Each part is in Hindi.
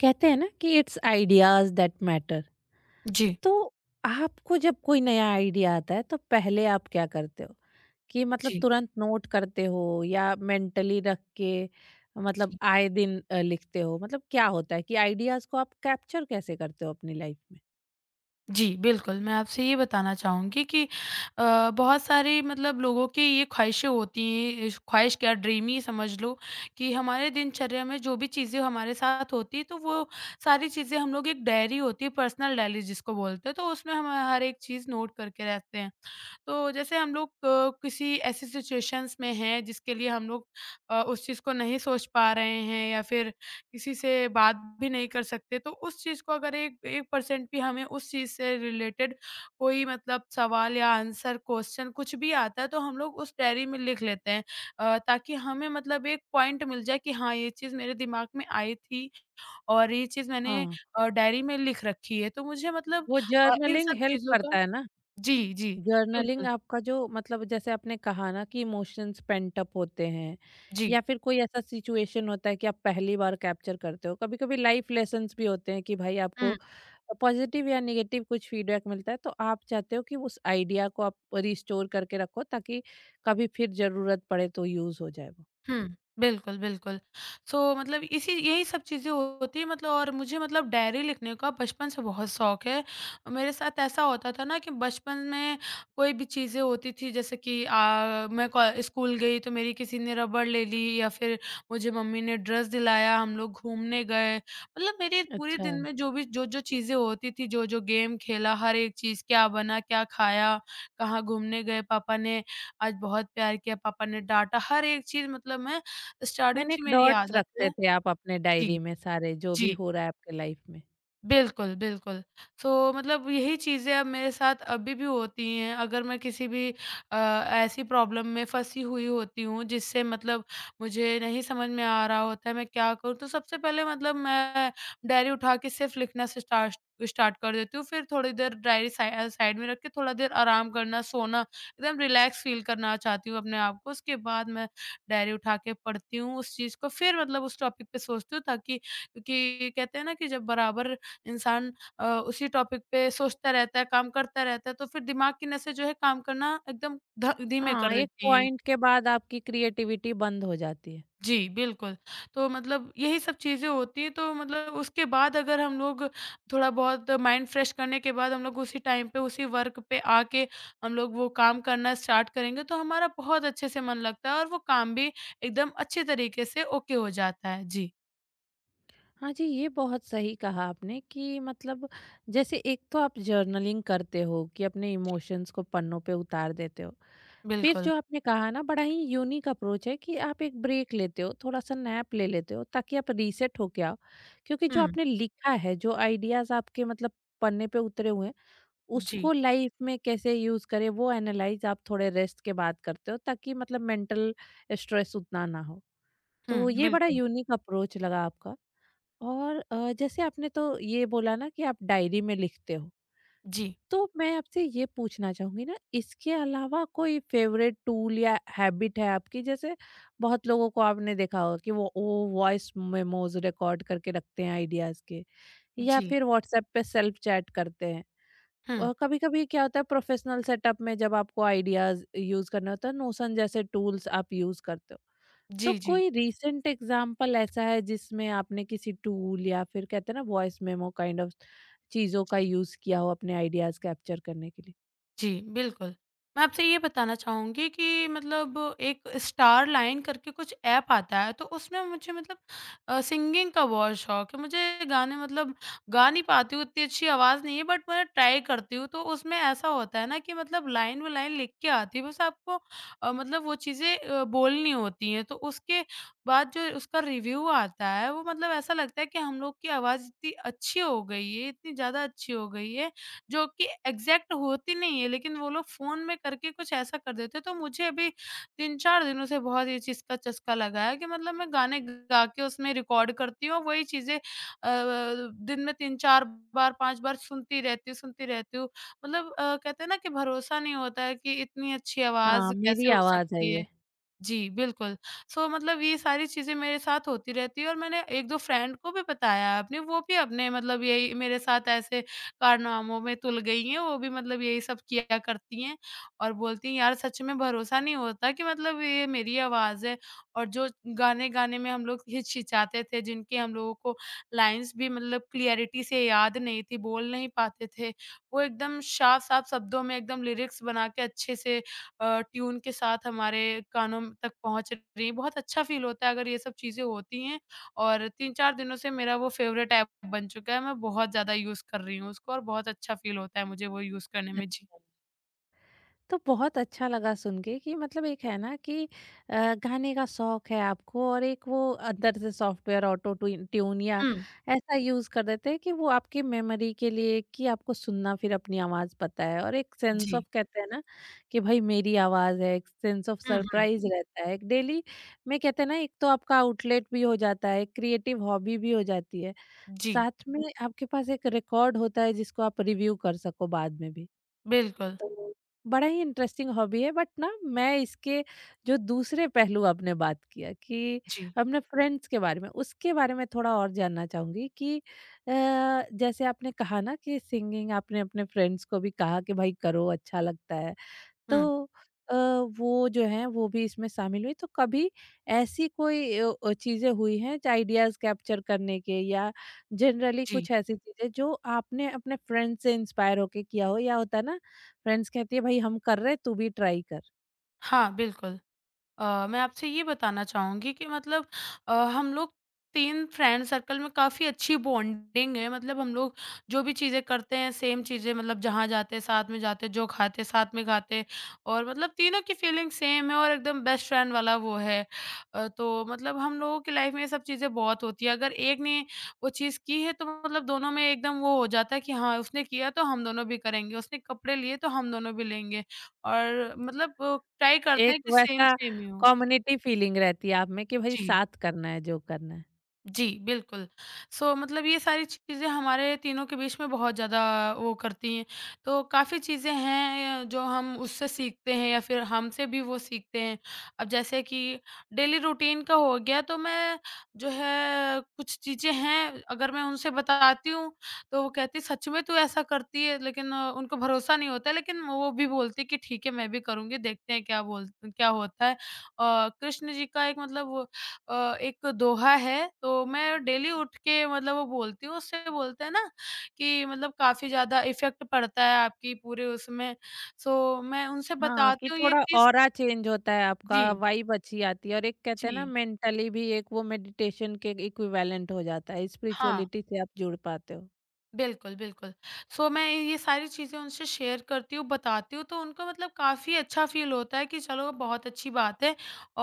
कहते हैं ना कि इट्स आइडियाज दैट मैटर। जी, तो आपको जब कोई नया आइडिया आता है तो पहले आप क्या करते हो कि मतलब जी, तुरंत नोट करते हो या मेंटली रख के, मतलब जी। आए दिन लिखते हो, मतलब क्या होता है कि आइडियाज को आप कैप्चर कैसे करते हो अपनी लाइफ में। जी, बिल्कुल, मैं आपसे ये बताना चाहूँगी कि बहुत सारे मतलब लोगों की ये ख़्वाहिशें होती हैं, इस ख़्वाहिश क्या ड्रीम ही समझ लो कि हमारे दिनचर्या में जो भी चीज़ें हमारे साथ होती हैं, तो वो सारी चीज़ें हम लोग एक डायरी होती है, पर्सनल डायरी जिसको बोलते हैं, तो उसमें हम हर एक चीज़ नोट करके रखते हैं। तो जैसे हम लोग किसी ऐसी सिचुएशंस में हैं जिसके लिए उस चीज़ को नहीं सोच पा रहे हैं या फिर किसी से बात भी नहीं कर सकते, तो उस चीज़ को अगर एक 1% भी हमें उस चीज़ से रिलेटेड कोई मतलब सवाल या आंसर, क्वेश्चन कुछ भी आता है, तो हम लोग उस डायरी में लिख लेते हैं, ताकि हमें मतलब एक पॉइंट मिल जाए कि हाँ, ये चीज़ मेरे दिमाग में आई थी और ये चीज़ मैंने हाँ, डायरी में लिख रखी है। तो मुझे मतलब वो इन जर्नलिंग सब हेल्प चीज़ों का करता है ना। जी, जी। जर्नलिंग बिल्कुल, आपका जो मतलब जैसे आपने कहा ना कि इमोशंस पेंट अप होते हैं जी। या फिर कोई ऐसा सिचुएशन होता है कि आप पहली बार कैप्चर करते हो, कभी कभी लाइफ लेसन्स भी होते हैं कि भाई आपको हुँ, पॉजिटिव या नेगेटिव कुछ फीडबैक मिलता है तो आप चाहते हो कि उस आइडिया को आप रिस्टोर करके रखो ताकि कभी फिर जरूरत पड़े तो यूज हो जाए वो। हुँ। बिल्कुल, बिल्कुल। सो मतलब इसी यही सब चीज़ें होती हैं मतलब और मुझे मतलब डायरी लिखने का बचपन से बहुत शौक है। मेरे साथ ऐसा होता था ना कि बचपन में कोई भी चीज़ें होती थी जैसे कि मैं कॉ स्कूल गई तो मेरी किसी ने रबड़ ले ली या फिर मुझे मम्मी ने ड्रेस दिलाया, हम लोग घूमने गए। मतलब मेरे पूरे अच्छा, दिन में जो भी जो-जो चीज़ें होती थी, जो-जो गेम खेला, हर एक चीज़ क्या बना, क्या खाया, कहाँ घूमने गए, पापा ने आज बहुत प्यार किया, पापा ने डाँटा, हर एक चीज़ मतलब मैं स्टार्टिंग यानी एक से मेरी डॉट्स आदत रखते है। थे आप अपने जी, डायरी में, सारे जो भी जी। हो रहा है आपके लाइफ में। बिल्कुल, बिल्कुल। सो मतलब यही चीज़ें अब मेरे साथ अभी भी होती हैं, अगर मैं किसी भी ऐसी प्रॉब्लम में फँसी हुई होती हूँ, जिससे मतलब मुझे नहीं समझ में आ रहा होता है मैं क्या करूँ, तो सबसे पहले मतलब मैं डायरी उठा के सिर्फ़ लिखना से स्टार्स स्टार्ट कर देती हूँ, फिर थोड़ी देर डायरी साइड में रख के थोड़ा देर आराम करना, सोना, एकदम रिलैक्स फ़ील करना चाहती हूँ अपने आप को। उसके बाद मैं डायरी उठा के पढ़ती हूँ उस चीज़ को, फिर मतलब उस टॉपिक पे सोचती हूँ ताकि क्योंकि कहते हैं ना कि जब बराबर इंसान उसी टॉपिक पे सोचता रहता है, काम करता रहता है, तो फिर दिमाग की नसें जो है काम करना एकदम ध धीमे हाँ, कर एक देती हैं। पॉइंट के बाद आपकी क्रिएटिविटी बंद हो जाती है। जी, बिल्कुल। तो मतलब यही सब चीज़ें होती हैं, तो मतलब उसके बाद अगर हम लोग थोड़ा बहुत माइंड फ्रेश करने के बाद हम लोग उसी टाइम पे, उसी वर्क पे आके हम लोग वो काम करना स्टार्ट करेंगे, तो हमारा बहुत अच्छे से मन लगता है और वो काम भी एकदम अच्छे तरीके से ओके हो जाता है। जी, हाँ जी, ये बहुत सही कहा आपने कि मतलब जैसे एक तो आप जर्नलिंग करते हो कि अपने इमोशंस को पन्नों पे उतार देते हो। फिर बिल्कुल। जो आपने कहा ना बड़ा ही यूनिक अप्रोच है कि आप एक ब्रेक लेते हो, थोड़ा-सा नैप ले लेते हो ताकि आप रीसेट होके आओ। क्योंकि जो हुँ, आपने लिखा है, जो आइडियाज़ आपके मतलब पन्ने पे उतरे हुए हैं, जी। उसको लाइफ में कैसे यूज़ करें वो एनालाइज़ आप थोड़े रेस्ट के बाद करते हो ताकि मतलब मेंटल स्ट्रेस उतना ना हो। तो हुँ, ये बड़ा बिल्कुल। यूनिक अप्रोच लगा आपका। और जैसे आपने तो ये बोला ना कि आप डायरी में लिखते हो, जी, तो मैं आपसे ये पूछना चाहूँगी ना इसके अलावा कोई फेवरेट टूल या हैबिट है आपकी? जैसे बहुत लोगों को आपने देखा होगा कि वो वॉइस मेमोज़ रिकॉर्ड करके रखते हैं आइडियाज़ के या जी। फिर व्हाट्सएप पे सेल्फ चैट करते हैं। हुँ। कभी-कभी क्या होता है प्रोफेशनल सेटअप में जब आपको आइडियाज़ यूज़ करना होता है, नोशन जैसे टूल्स आप यूज़ करते हो। तो जी, जी। कोई रीसेंट एग्जाम्पल ऐसा है जिसमें आपने किसी टूल या फिर कहते हैं ना वॉइस मेमो काइंड ऑफ चीजों का जी, यूज किया हो अपने आइडियाज कैप्चर करने के लिए? जी, बिल्कुल। मैं आपसे ये बताना चाहूँगी कि मतलब एक स्टार लाइन करके कुछ ऐप आता है, तो उसमें मुझे मतलब सिंगिंग का बहुत शौक है। मुझे गाने मतलब गा नहीं पाती हूँ, इतनी अच्छी आवाज़ नहीं है बट मैं ट्राई करती हूँ। तो उसमें ऐसा होता है ना कि मतलब लाइन बाय लाइन लिख के आती है, बस आपको मतलब वो चीज़ें बोलनी होती हैं। तो उसके बाद जो उसका रिव्यू आता है, वो मतलब ऐसा लगता है कि हम लोग की आवाज़ इतनी अच्छी हो गई है, इतनी ज़्यादा अच्छी हो गई है जो कि एग्ज़ैक्ट होती नहीं है, लेकिन वो लोग फ़ोन में करके कुछ ऐसा कर देते हैं। तो मुझे अभी 3-4 दिनों से बहुत ये चीज़ का चस्का लगा है कि मतलब मैं गाने गा के उसमें रिकॉर्ड करती हूँ, वही चीज़ें दिन में 3-4 बार, 5 बार सुनती रहती हूँ। मतलब कहते हैं ना कि भरोसा नहीं होता है कि इतनी अच्छी आवाज़ हाँ, मेरी कैसे हो आवाज है सकती ये। है। जी, बिल्कुल। सो मतलब ये सारी चीज़ें मेरे साथ होती रहती है और मैंने 1-2 फ्रेंड को भी बताया है अपने, वो भी अपने मतलब यही मेरे साथ ऐसे कारनामों में तुल गई हैं, वो भी मतलब यही सब किया करती हैं और बोलती हैं, "यार, सच में भरोसा नहीं होता कि मतलब ये मेरी आवाज़ है।" और जो गाने गाने में हम लोग हिचकिचाते थे, जिनकी हम लोगों को लाइन्स भी मतलब क्लियरिटी से याद नहीं थी, बोल नहीं पाते थे, वो एकदम साफ-साफ शब्दों में एकदम लिरिक्स बना के अच्छे से ट्यून के साथ हमारे तक पहुँच रही है। बहुत अच्छा फ़ील होता है अगर ये सब चीज़ें होती हैं और 3-4 दिनों से मेरा वो फ़ेवरेट ऐप बन चुका है। मैं बहुत ज़्यादा यूज़ कर रही हूँ उसको और बहुत अच्छा फ़ील होता है मुझे वो यूज़ करने में। जी। तो बहुत अच्छा लगा सुन के कि मतलब एक है ना कि गाने का शौक है आपको और एक वो अंदर से सॉफ्टवेयर ऑटो ट्यून ट्यून या हुँ। ऐसा यूज कर देते हैं कि वो आपकी मेमोरी के लिए, कि आपको सुनना फिर अपनी आवाज पता है, और एक सेंस जी। ऑफ कहते हैं ना कि भाई मेरी आवाज है, एक सेंस ऑफ हुँ, हुँ। सरप्राइज रहता है एक डेली में। कहते हैं ना एक तो आपका आउटलेट भी हो जाता है, एक क्रिएटिव हॉबी भी हो जाती है, जी। साथ में आपके पास एक रिकॉर्ड होता है जिसको आप रिव्यू कर सको बाद में भी। बिल्कुल। तो बड़ा ही इंटरेस्टिंग हॉबी है बट ना, मैं इसके जो दूसरे पहलू आपने बात किया कि जी। अपने फ्रेंड्स के बारे में, उसके बारे में थोड़ा और जानना चाहूंगी कि जैसे आपने कहा ना कि सिंगिंग आपने अपने फ्रेंड्स को भी कहा कि भाई करो अच्छा लगता है, हुँ। तो अ, वो जो हैं वो भी इसमें शामिल हुई। तो कभी ऐसी कोई चीज़ें हुई हैं आइडियाज़ कैप्चर करने के या जनरली जी। कुछ ऐसी चीज़ें जो आपने अपने फ्रेंड से इंस्पायर होके किया हो? या होता है ना फ्रेंड्स कहती है भाई हम कर रहे हैं तू भी ट्राई कर। हाँ, बिल्कुल। मैं आपसे ये बताना चाहूँगी कि मतलब हम लोग 3 फ्रेंड सर्कल में काफ़ी अच्छी बॉन्डिंग है। मतलब हम लोग जो भी चीज़ें करते हैं, सेम चीज़ें मतलब जहाँ जाते हैं, साथ में जाते हैं, जो खाते हैं, साथ में खाते हैं और मतलब तीनों की फीलिंग सेम है और एकदम बेस्ट फ्रेंड वाला वो है। तो मतलब हम लोगों की लाइफ में ये सब चीज़ें बहुत होती हैं। अगर एक ने वो चीज़ की है, तो मतलब दोनों में एकदम वो हो जाता है कि हाँ, उसने किया तो हम दोनों भी करेंगे, उसने कपड़े लिए तो हम दोनों भी लेंगे। और मतलब ट्राई करते एक हैं कि सेम वैसा सेम ही हो। कम्युनिटी फीलिंग रहती है आप में कि भाई जी। साथ करना है जो करना है। जी, बिल्कुल। सो मतलब ये सारी चीज़ें हमारे तीनों के बीच में बहुत ज़्यादा वो करती हैं। तो काफ़ी चीज़ें हैं जो हम उससे सीखते हैं या फिर हमसे भी वो सीखते हैं। अब जैसे कि डेली रूटीन का हो गया तो मैं जो है कुछ चीज़ें हैं अगर मैं उनसे बताती हूँ तो वो कहती है सच में तू ऐसा करती है, लेकिन उनको भरोसा नहीं होता है, लेकिन वो भी बोलती है कि ठीक है मैं भी करूँगी देखते हैं क्या होता है। कृष्ण जी का एक मतलब एक दोहा है, तो मैं डेली उठ के मतलब वो बोलती हूँ, उससे बोलते हैं ना कि मतलब काफ़ी ज़्यादा इफ़ेक्ट पड़ता है आपकी पूरे उसमें। सो मैं उनसे हाँ, कि बताती हूँ ये थोड़ा चीज़। ऑरा चेंज होता है आपका, जी, वाइब अच्छी आती है, और एक कहते जी। हैं ना मेंटली भी एक वो मेडिटेशन के इक्विवेलेंट हो जाता है, हाँ। स्पिरिचुअलिटी से आप जुड़ पाते हो। बिल्कुल, बिल्कुल। सो मैं ये सारी चीज़ें उनसे शेयर करती हूँ, बताती हूँ, तो उनको मतलब काफ़ी अच्छा फ़ील होता है कि चलो बहुत अच्छी बात है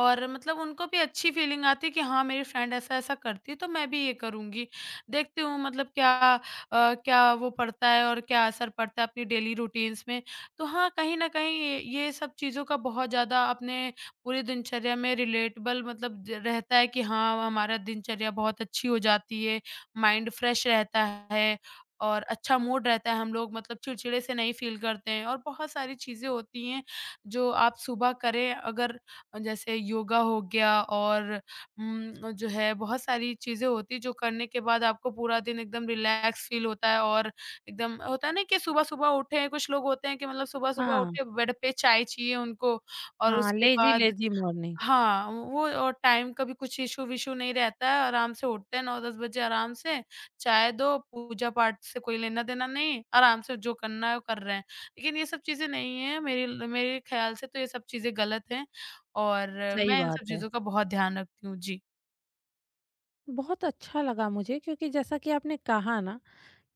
और मतलब उनको भी अच्छी फ़ीलिंग आती है कि हाँ, मेरी फ्रेंड ऐसा-ऐसा करती है तो मैं भी ये करूँगी। देखती हूँ मतलब क्या वो पड़ता है और क्या असर पड़ता है अपनी डेली रूटीन्स में। तो हाँ, कहीं न कहीं ये सब चीज़ों का बहुत ज़्यादा अपने पूरी दिनचर्या में रिलेटेबल मतलब ज रहता है कि हाँ, हमारा दिनचर्या बहुत अच्छी हो जाती है, माइंड फ्रेश रहता है। और अच्छा मूड रहता है, हम लोग मतलब चिड़चिड़े से नहीं फ़ील करते हैं और बहुत सारी चीज़ें होती हैं, जो आप सुबह करें अगर जैसे योगा हो गया और जो है बहुत सारी चीज़ें होती हैं, जो करने के बाद आपको पूरा दिन एकदम रिलैक्स फ़ील होता है और एकदम होता है ना कि सुबह-सुबह उठे, कुछ लोग होते हैं कि मतलब सुबह-सुबह हाँ, उठे, बेड पे चाय चाहिए उनको और हाँ, उसके लेज़ी बाद लेज़ी मॉर्निंग, हाँ, वो और टाइम का भी कुछ इश्यू-विश्यू नहीं रहता है, आराम से उठते हैं 9-10 बजे आराम से, चाय दो, पूजा-पाठ से कोई लेना-देना नहीं, आराम से जो करना है वो कर रहे हैं। लेकिन ये सब चीज़ें नहीं हैं, मेरे ख़्याल से तो ये सब चीज़ें गलत हैं और सही मैं इन बात सब है। चीज़ों का बहुत ध्यान रखती हूँ। जी, बहुत अच्छा लगा मुझे क्योंकि जैसा कि आपने कहा ना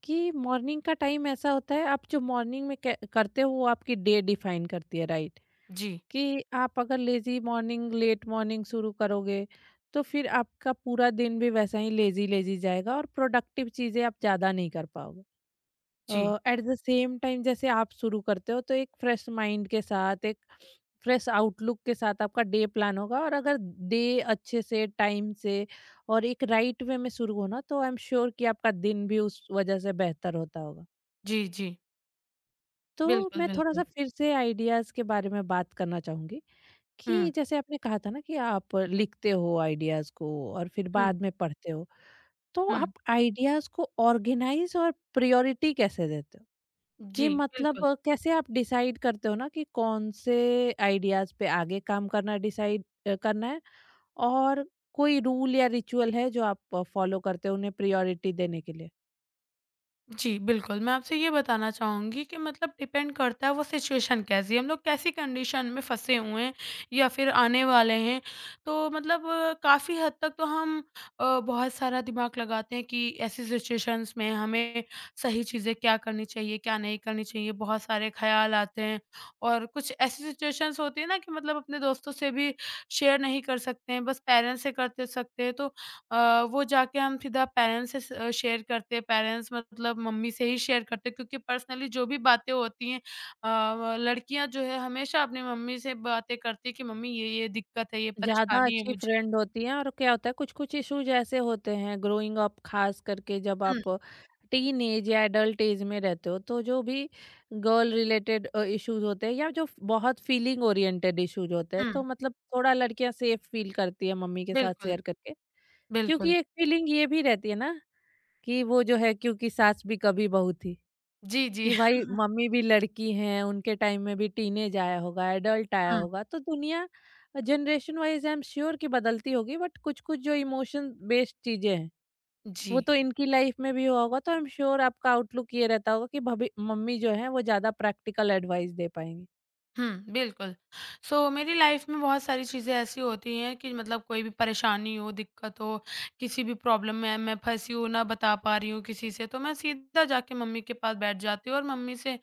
कि मॉर्निंग का टाइम ऐसा होता है, आप जो मॉर्निंग में क करते हो वो आपकी डे डिफाइन करती है, राइट? जी, कि आप अगर लेजी मॉर्निंग लेट मॉर्निंग शुरू करोगे तो फिर आपका पूरा दिन भी वैसा ही लेजी लेजी जाएगा और प्रोडक्टिव चीजें आप ज्यादा नहीं कर पाओगे। जी, एट द सेम टाइम जैसे आप शुरू करते हो तो एक फ्रेश माइंड के साथ, एक फ्रेश आउटलुक के साथ आपका डे प्लान होगा, और अगर डे अच्छे से टाइम से और एक राइट वे में शुरू होना तो आई एम श्योर कि आपका दिन भी उस वजह से बेहतर होता होगा। जी, जी। तो बिल्कुल, मैं थोड़ा बिल्कुल। सा फिर से आइडियाज के बारे में बात करना चाहूंगी कि हुँ, जैसे आपने कहा था ना कि आप लिखते हो आइडियाज़ को और फिर हुँ, बाद में पढ़ते हो। तो हुँ। आप आइडियाज़ को ऑर्गेनाइज़ और प्रायोरिटी कैसे देते हो? जी, कि मतलब बिल्कुल। कैसे आप डिसाइड करते हो ना कि कौन से आइडियाज़ पे आगे काम करना डिसाइड करना है, और कोई रूल या रिचुअल है जो आप फॉलो करते हो उन्हें प्रायोरिटी देने के लिए? जी, बिल्कुल। मैं आपसे ये बताना चाहूँगी कि मतलब डिपेंड करता है वो सिचुएशन कैसी है, हम लोग कैसी कंडीशन में फँसे हुए हैं या फिर आने वाले हैं। तो मतलब काफ़ी हद तक तो बहुत सारा दिमाग लगाते हैं कि ऐसी सिचुएशंस में हमें सही चीज़ें क्या करनी चाहिए, क्या नहीं करनी चाहिए, बहुत सारे ख़्याल आते हैं। और कुछ ऐसी सिचुएशंस होती है ना कि मतलब अपने दोस्तों से भी शेयर नहीं कर सकते हैं, बस पेरेंट्स से कर त सकते हैं। तो वो जाके हम सीधा पेरेंट्स से स शेयर करते हैं, पेरेंट्स मतलब मम्मी से ही शेयर करते हैं क्योंकि पर्सनली जो भी बातें होती हैं, लड़कियाँ जो है हमेशा अपनी मम्मी से बातें करती हैं कि मम्मी ये-ये दिक्कत है, ये ज़्यादा परेशानी है अच्छी मुझे। फ्रेंड होती हैं, और क्या होता है कुछ-कुछ इश्यूज ऐसे होते हैं ग्रोइंग अप, खास करके जब आप हुँ, टीन एज या एडल्ट एज में रहते हो तो जो भी गर्ल रिलेटेड इश्यूज होते हैं या जो बहुत फीलिंग ओरिएंटेड इश्यूज होते हैं हुँ। तो मतलब थोड़ा लड़कियां सेफ फील करती है मम्मी के साथ बिल्कुल, शेयर करके। क्योंकि बिल्कुल। एक फीलिंग ये भी रहती है ना कि वो जो है, क्योंकि सास भी कभी बहू थी। जी, जी। कि भाई मम्मी भी लड़की हैं, उनके टाइम में भी टीनेज आया होगा, एडल्ट आया हुँ, होगा, तो दुनिया generation wise I am sure कि बदलती होगी बट कुछ-कुछ जो इमोशन बेस्ड चीज़ें हैं, वो जी। तो इनकी लाइफ में भी हुआ होगा, तो आई एम श्योर आपका आउटलुक ये रहता होगा कि भभी मम्मी जो हैं वो ज़्यादा प्रैक्टिकल एडवाइस दे पाएँगी। हुँ, बिल्कुल। सो मेरी लाइफ़ में बहुत सारी चीज़ें ऐसी होती हैं कि मतलब कोई भी परेशानी हो, दिक्कत हो, किसी भी प्रॉब्लम में मैं फँसी हूँ, ना बता पा रही हूँ किसी से, तो मैं सीधा जाके मम्मी के पास बैठ जाती हूँ और मम्मी से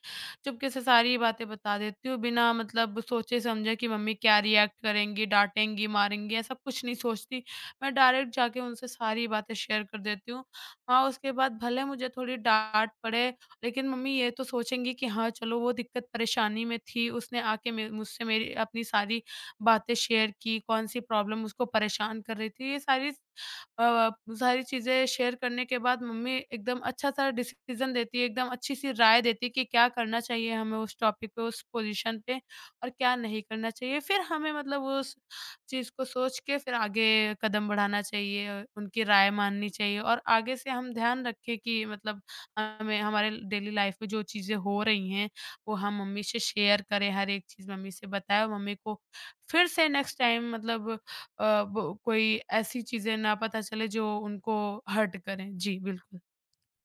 चुपके से सारी बातें बता देती हूँ, बिना मतलब सोचे-समझे कि मम्मी क्या रिएक्ट करेंगी, डाँटेंगी, मारेंगी, ऐसा कुछ नहीं सोचती। मैं डायरेक्ट जाके उनसे सारी बातें शेयर कर देती हूँ। हाँ, उसके बाद भले मुझे थोड़ी डाँट पड़े, लेकिन मम्मी ये तो सोचेंगी कि हाँ, चलो वो दिक्कत परेशानी में थी, उसने आके मे मुझसे मेरी अपनी सारी बातें शेयर की, कौन-सी प्रॉब्लम उसको परेशान कर रही थी, ये सारी अ, सारी चीज़ें शेयर करने के बाद मम्मी एकदम अच्छा-सा डिसीज़न देती है, एकदम अच्छी-सी राय देती है कि क्या करना चाहिए हमें उस टॉपिक पे, उस पोज़ीशन पे और क्या नहीं करना चाहिए। फिर हमें मतलब उस चीज़ को सोच के फिर आगे कदम बढ़ाना चाहिए, उनकी राय माननी चाहिए और आगे से हम ध्यान रखें कि मतलब हमें हमारे डेली लाइफ में जो चीज़ें हो रही हैं, वो हम मम्मी से शेयर करें, हर एक चीज़ मम्मी से बताएँ और मम्मी को फिर से नेक्स्ट टाइम मतलब वो कोई ऐसी चीज़ें ना पता चले जो उनको हर्ट करें। जी, बिल्कुल।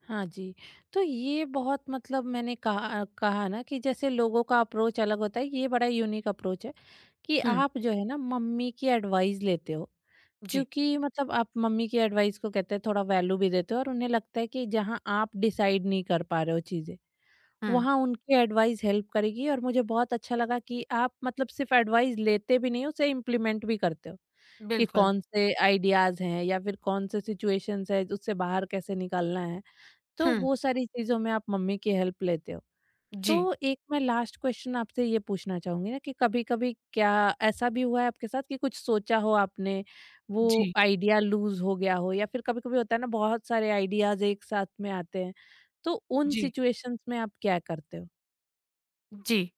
हाँ जी, तो ये बहुत मतलब मैंने कहा कहा ना कि जैसे लोगों का अप्रोच अलग होता है, ये बड़ा यूनिक अप्रोच है कि हुँ, आप जो है ना मम्मी की एडवाइस लेते हो। जी, क्योंकि मतलब आप मम्मी की एडवाइस को कहते हैं थोड़ा वैल्यू भी देते हो और उन्हें लगता है कि जहाँ आप डिसाइड नहीं कर पा रहे हो चीज़ें, हुँ, वहाँ उनकी एडवाइस हेल्प करेगी, और मुझे बहुत अच्छा लगा कि आप मतलब सिर्फ एडवाइस लेते भी नहीं हो, उसे इम्प्लीमेंट भी करते हो, कि बिल्कुल। कौन से आइडियाज़ हैं या फिर कौन से सिचुएशंस हैं, उससे बाहर कैसे निकलना है। तो हुँ, वो सारी चीज़ों में आप मम्मी की हेल्प लेते हो। तो जी, एक मैं लास्ट क्वेश्चन आपसे ये पूछना चाहूंगी ना कि कभी कभी क्या ऐसा भी हुआ है आपके साथ कि कुछ सोचा हो आपने वो जी, आइडिया लूज हो गया हो, या फिर कभी कभी होता है ना बहुत सारे आइडियाज एक साथ में आते हैं, तो उन जी, सिचुएशंस में आप क्या करते हो? जी।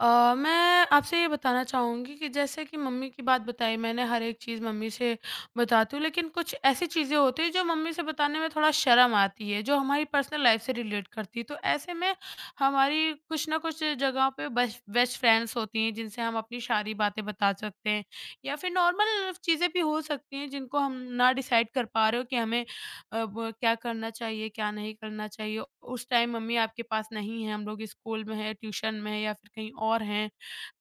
मैं आपसे ये बताना चाहूँगी कि जैसे कि मम्मी की बात बताई मैंने, हर एक चीज़ मम्मी से बताती हूँ, लेकिन कुछ ऐसी चीज़ें होती हैं जो मम्मी से बताने में थोड़ा शर्म आती है, जो हमारी पर्सनल लाइफ़ से रिलेट करती है। तो ऐसे में हमारी कुछ ना कुछ जगहों पे बेस्ट बेस्ट फ्रेंड्स होती हैं, जिनसे हम अपनी सारी बातें बता सकते हैं या फिर नॉर्मल चीज़ें भी हो सकती हैं जिनको हम ना डिसाइड कर पा रहे हो कि हमें अब क्या करना चाहिए, क्या नहीं करना चाहिए? उस टाइम मम्मी आपके पास नहीं हैं, हम लोग स्कूल में हैं, ट्यूशन में हैं या फिर कहीं और हैं।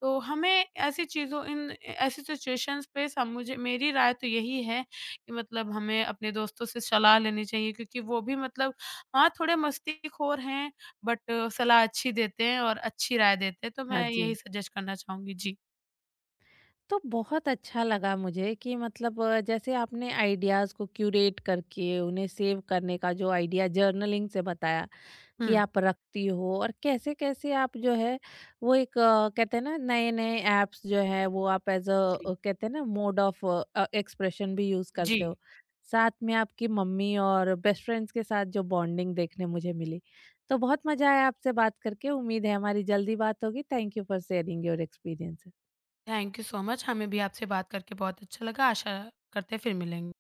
तो हमें ऐसी चीज़ों इन ऐसी सिचुएशंस पे सब मुझे मेरी राय तो यही है कि मतलब हमें अपने दोस्तों से सलाह लेनी चाहिए क्योंकि वो भी मतलब हाँ, थोड़े मस्तीखोर हैं बट सलाह अच्छी देते हैं और अच्छी राय देते हैं, तो हाँ मैं यही जी, सजेस्ट करना चाहूँगी। जी। तो बहुत अच्छा लगा मुझे कि मतलब जैसे आपने आइडियाज़ को क्यूरेट करके उन्हें सेव करने का जो आइडिया जर्नलिंग से बताया कि हुँ। आप रखती हो, और कैसे कैसे आप जो है वो एक कहते हैं ना नए नए ऐप्स जो है वो आप एज अ जी। कहते हैं ना मोड ऑफ एक्सप्रेशन भी यूज जी। करते हो। साथ में आपकी मम्मी और बेस्ट फ्रेंड्स के साथ जो बॉन्डिंग देखने मुझे मिली, तो बहुत मजा आया आपसे बात करके। उम्मीद है हमारी जल्दी बात होगी। Thank you for sharing your experience. Thank you so much. हमें भी आपसे बात करके बहुत अच्छा लगा। आशा करते हैं फिर मिलेंगे।